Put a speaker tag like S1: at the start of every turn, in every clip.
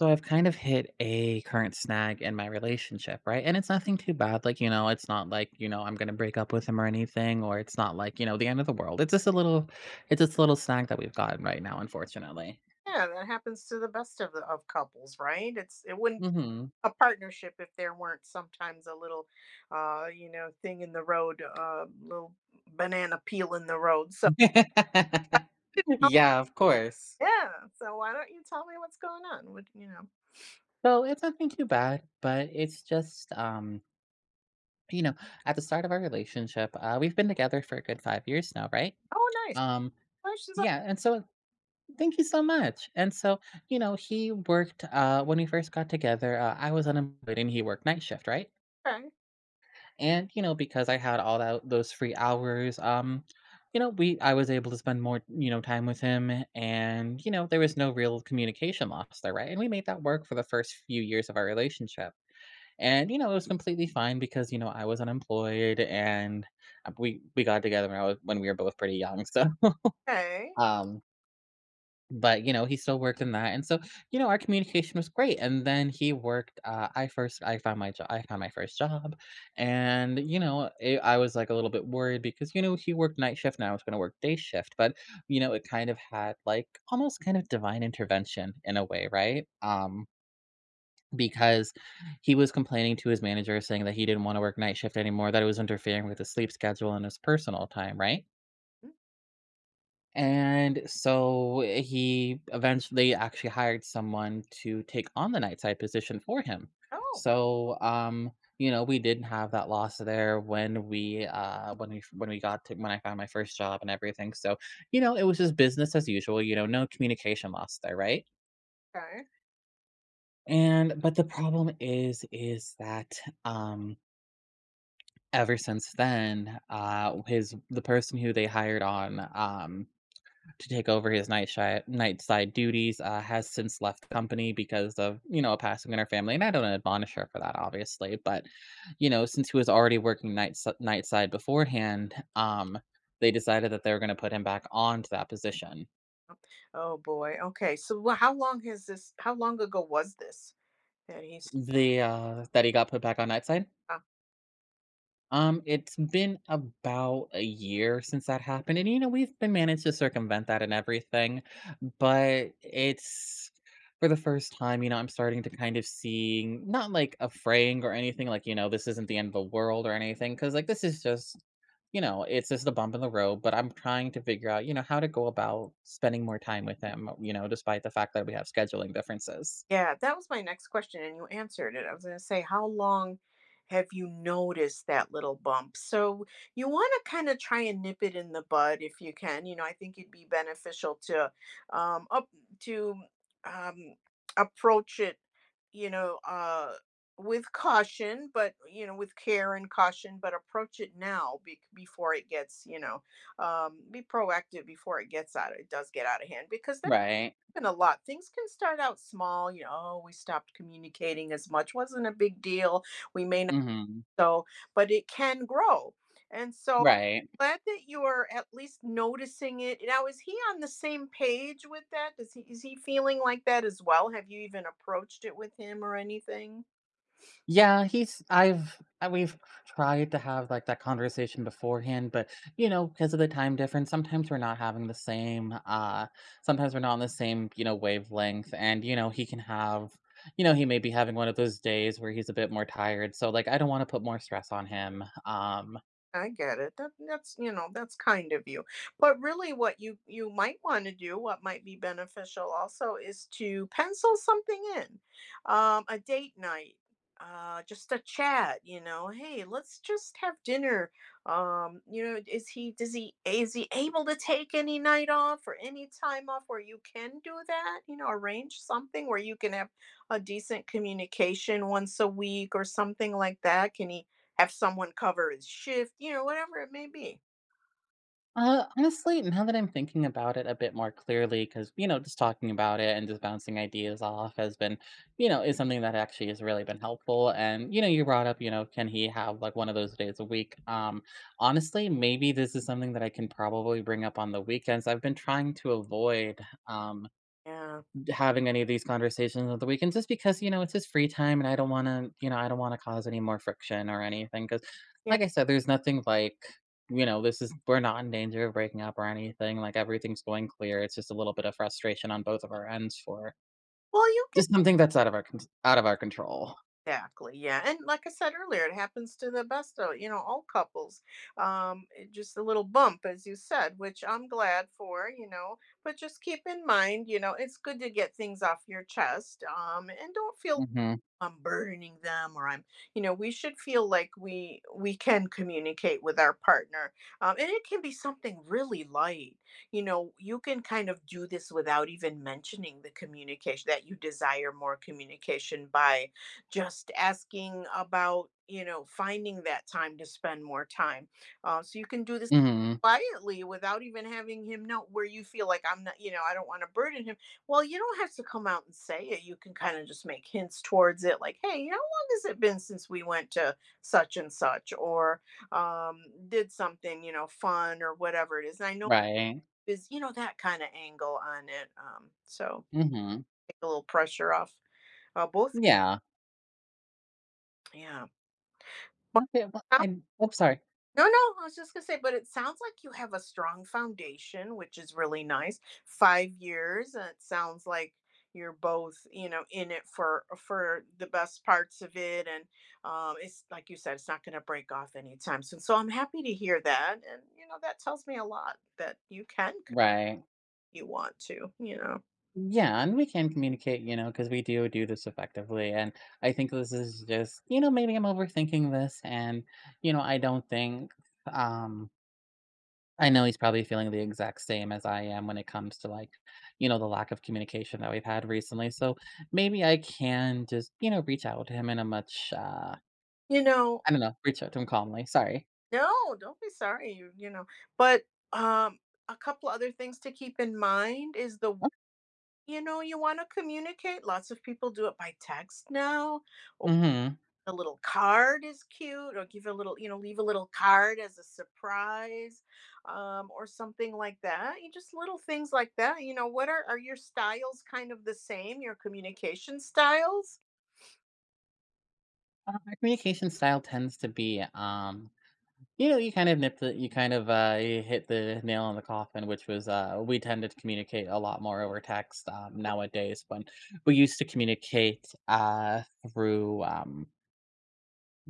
S1: So I've kind of hit a current snag in my relationship, right? And it's nothing too bad. Like, it's not like, I'm gonna break up with him or anything, or it's not like, the end of the world. It's just a little snag that we've gotten right now, unfortunately.
S2: Yeah, that happens to the best of the of couples, right? It wouldn't be
S1: Hmm.
S2: a partnership if there weren't sometimes a little thing in the road, little banana peel in the road. So
S1: Yeah, of course.
S2: yeah. So why don't you tell me what's going on? What?
S1: So it's nothing too bad, but it's just you know, at the start of our relationship, we've been together for a good 5 years now, right?
S2: Oh nice.
S1: Um,
S2: Questions
S1: yeah, and so thank you so much. And so, he worked when we first got together, I was unemployed and he worked night shift, right?
S2: okay.
S1: And you know, because I had all that those free hours, you know, we I was able to spend more, time with him, and you know, there was no real communication loss there, right? And we made that work for the first few years of our relationship. And you know, it was completely fine because, you know, I was unemployed and we got together when I was when we were both pretty young. So,
S2: Okay.
S1: um but, you know, he still worked in that, and so, you know, our communication was great, and then he worked, uh, I found my first job, and, you know, it I was, like, a little bit worried because, you know, he worked night shift and I was gonna work day shift, but, you know, it kind of had, like, almost kind of divine intervention in a way, right? Because he was complaining to his manager saying that he didn't wanna work night shift anymore, that it was interfering with his sleep schedule and his personal time, right?
S2: Mm.
S1: And so he eventually actually hired someone to take on the night side position for him.
S2: Oh,
S1: So, you know, we didn't have that loss there when we when we when we got to when I found my first job and everything. So, you know, it was just business as usual, you know, no communication loss there, right?
S2: okay.
S1: And but the problem is that um ever since then, his the person who they hired on to take over his night side duties, has since left the company because of, you know, a passing in her family, and I don't admonish her for that, obviously, but, you know, since he was already working night side beforehand, they decided that they were gonna put him back onto that position.
S2: Oh oh, boy. Okay. So how long ago was this that he started?
S1: The, that he got put back on night side? It's been about a year since that happened, and, you know, we've been managed to circumvent that and everything, but it's for the first time, you know, I'm starting to kind of seeing not, like, a fraying or anything, like, you know, this isn't the end of the world or anything. Because like, this is just you know, it's just a bump in the road, but I'm trying to figure out, you know, how to go about spending more time with him, you know, despite the fact that we have scheduling differences.
S2: Yeah, that was my next question, and you answered it. I was going to say, how long have you noticed that little bump? So you want to kind of try and nip it in the bud if you can. You know, I think it'd be beneficial to up to um, approach it, you know, uh, with caution, but you know, with care and caution, but approach it now before it gets, be proactive before it gets out. It does get out of hand because
S1: Right.
S2: happen a lot. Things can start out small, you know, "Oh, we stopped communicating as much, wasn't a big deal, we may not
S1: Mhm.
S2: so," but it can grow, and so
S1: Right.
S2: glad that you're at least noticing it. Now is he on the same page with that? Does he is he feeling like that as well? Have you even approached it with him or anything?
S1: Yeah, he's I've we've tried to have, like, that conversation beforehand, but, you know, because of the time difference, sometimes we're not on the same, you know, wavelength, and, you know, he may be having one of those days where he's a bit more tired, so, like, I don't wanna put more stress on him.
S2: I get it. That's, you know, that's kind of you. But really what you might want to do, what might be beneficial also is to pencil something in. A date night, just a chat, you know, hey, let's just have dinner. You know, is he able to take any night off or any time off where you can do that? You know, arrange something where you can have a decent communication once a week or something like that. Can he have someone cover his shift, you know, whatever it may be.
S1: Honestly, now that I'm thinking about it a bit more clearly, because, you know, just talking about it and just bouncing ideas off has been, is something that actually has really been helpful. And, you know, you brought up, you know, can he have like one of those days a week? Honestly, maybe this is something that I can probably bring up on the weekends. I've been trying to avoid, um,
S2: Yeah.
S1: having any of these conversations on the weekends just because, you know, it's his free time and I don't wanna, you know, I don't wanna cause any more friction or anything. Because,
S2: Yeah.
S1: like I said, there's nothing like, you know, this is we're not in danger of breaking up or anything, like, everything's going clear, it's just a little bit of frustration on both of our ends for
S2: Well, you can
S1: just something that's out of our control.
S2: exactly. Yeah. And like I said earlier, it happens to the best of, you know, all couples. Just a little bump as you said, which I'm glad for, you know, but just keep in mind, you know, it's good to get things off your chest. And don't feel
S1: Mhm.
S2: I'm burdening them or we should feel like we can communicate with our partner. And it can be something really light. You know, you can kind of do this without even mentioning the communication that you desire more communication by just asking about finding that time to spend more time, so you can do this
S1: Mhm.
S2: quietly without even having him know where you feel like I'm not, you know, I don't want to burden him. Well, you don't have to come out and say it. You can kind of just make hints towards it, like, hey, you know, how long has it been since we went to such and such or did something, you know, fun or whatever it is. And I know
S1: Right.
S2: is you know that kind of angle on it. So
S1: Mhm.
S2: take a little pressure off, both.
S1: Yeah.
S2: Yeah,
S1: Okay, well,
S2: but
S1: I'm oops, sorry.
S2: no, no, I was just gonna say, but it sounds like you have a strong foundation, which is really nice. 5 years, and it sounds like you're both, you know, in it for the best parts of it, and it's like you said, it's not gonna break off anytime soon. So I'm happy to hear that, and you know, that tells me a lot that you can
S1: Right.
S2: if you want to,
S1: Yeah, and we can communicate, you know, because we do do this effectively. And I think this is just, you know, maybe I'm overthinking this. And, you know, I don't think, um, I know he's probably feeling the exact same as I am when it comes to like, you know, the lack of communication that we've had recently. So maybe I can just, you know, reach out to him in a much,
S2: you know,
S1: I don't know, reach out to him calmly. Sorry.
S2: no, don't be sorry, you know, but um, a couple other things to keep in mind is the.
S1: Oh.
S2: You know, you wanna communicate, lots of people do it by text now, or
S1: Mm-hmm.
S2: a little card is cute, or give a little you know, leave a little card as a surprise, or something like that, you just little things like that, you know, what are your styles kind of the same, your communication styles?
S1: Our communication style tends to be you know, you kind of, you hit the nail on the coffin, which was, we tend to communicate a lot more over text, nowadays when we used to communicate, through, um,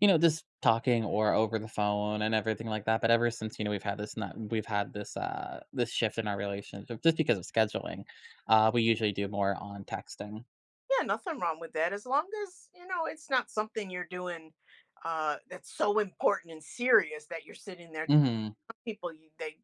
S1: you know, just talking or over the phone and everything like that, but ever since, you know, we've had this not we've had this, this shift in our relationship just because of scheduling, we usually do more on texting.
S2: Yeah, nothing wrong with that as long as, you know, it's not something you're doing, that's so important and serious that you're sitting there
S1: Mhm.
S2: telling people you they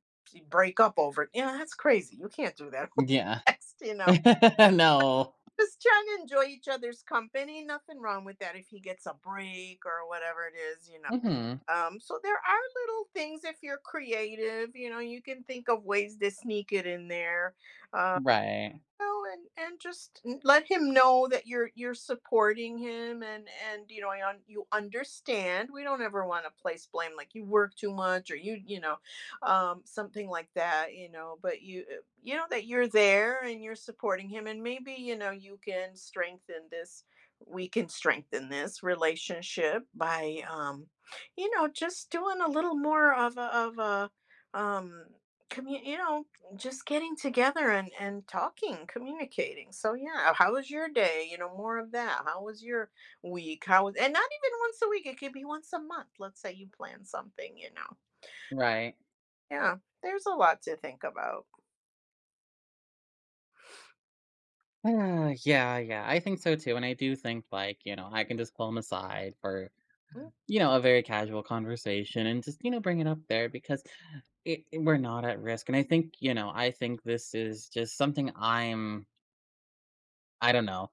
S2: break up over it, you know, that's crazy, you can't do that
S1: Yeah.
S2: over text, you know?
S1: No.
S2: Just trying to enjoy each other's company. Nothing wrong with that if he gets a break or whatever it is, you know.
S1: Mhm.
S2: So there are little things if you're creative, you know, you can think of ways to sneak it in there. Um,
S1: Right.
S2: well, and just let him know that you're supporting him and you know you understand. We don't ever want to place blame like you work too much or you know something like that, you know, but you know that you're there and you're supporting him and maybe you know you can strengthen this we can strengthen this relationship by you know just doing a little more of a um you know just getting together and talking, communicating. So, yeah, how was your day? You know, more of that. How was your week? How was and not even once a week, it could be once a month. Let's say you plan something, you know.
S1: Right.
S2: Yeah, there's a lot to think about.
S1: Ah, yeah, yeah, I think so too, and I do think, like, you know, I can just pull them aside for,
S2: Mm.
S1: you know, a very casual conversation and just, you know, bring it up there because we're not at risk. And I think, you know, I think this is just something I'm, I don't know,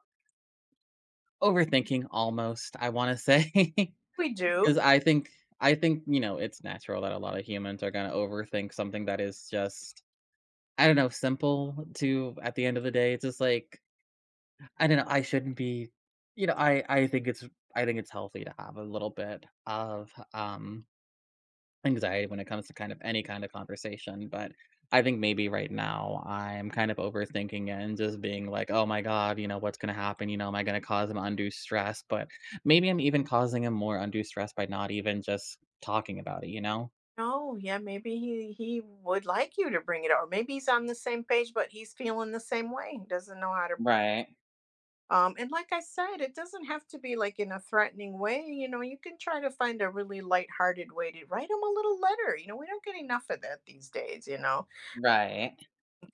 S1: overthinking almost, I want to say,
S2: We do.
S1: because I think, you know, it's natural that a lot of humans are going to overthink something that is just, I don't know, simple to at the end of the day. It's just like, I don't know, I shouldn't be you know, I think it's I think it's healthy to have a little bit of, anxiety when it comes to kind of any kind of conversation, but I think maybe right now I'm kind of overthinking it and just being like, "Oh my god, you know, what's gonna happen, you know, am I gonna cause him undue stress?" But maybe I'm even causing him more undue stress by not even just talking about it, you know?
S2: Oh yeah, maybe he would like you to bring it up, or maybe he's on the same page, but he's feeling the same way. He doesn't know how to.
S1: Right,
S2: And like I said, it doesn't have to be like in a threatening way. You know, you can try to find a really lighthearted way to write them a little letter. You know, we don't get enough of that these days, you know,
S1: right.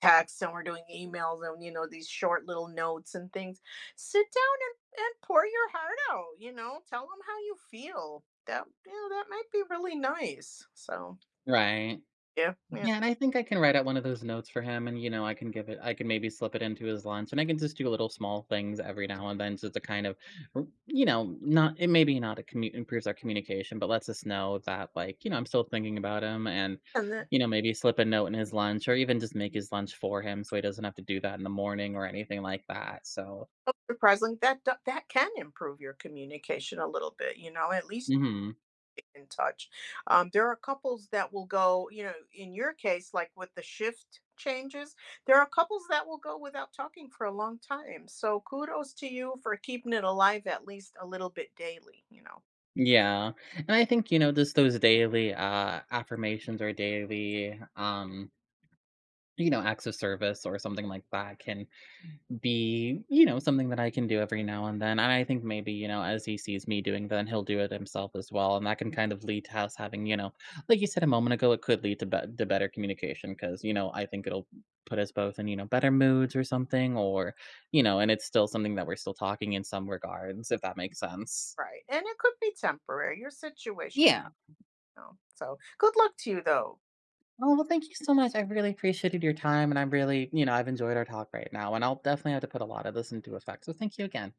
S2: texts and we're doing emails and, you know, these short little notes and things. Sit down and pour your heart out, you know, tell them how you feel. That, you know, that might be really nice. So,
S1: Right.
S2: yeah, yeah.
S1: Yeah, and I think I can write out one of those notes for him and, you know, I can maybe slip it into his lunch and I can just do little small things every now and then just to kind of, you know, not, it maybe not, a commu- improves our communication, but lets us know that, like, you know, I'm still thinking about him and,
S2: And that
S1: you know, maybe slip a note in his lunch or even just make his lunch for him so he doesn't have to do that in the morning or anything like that. So,
S2: surprisingly, that that can improve your communication a little bit, you know, at least
S1: hmm,
S2: in touch. There are couples that will go, you know, in your case, like with the shift changes, there are couples that will go without talking for a long time. So kudos to you for keeping it alive at least a little bit daily, you know,
S1: yeah. And I think, you know, just those daily affirmations or daily, you know, acts of service or something like that can be, you know, something that I can do every now and then. And I think maybe, you know, as he sees me doing that, he'll do it himself as well. And that can kind of lead to us having, you know, like you said a moment ago, it could lead to, to better communication because, you know, I think it'll put us both in, you know, better moods or something, or, you know, and it's still something that we're still talking in some regards, if that makes sense.
S2: right? And it could be temporary, your situation.
S1: Yeah.
S2: You know? So good luck to you, though.
S1: Oh, well, thank you so much. I really appreciated your time. And I'm really, you know, I've enjoyed our talk right now. And I'll definitely have to put a lot of this into effect. So thank you again.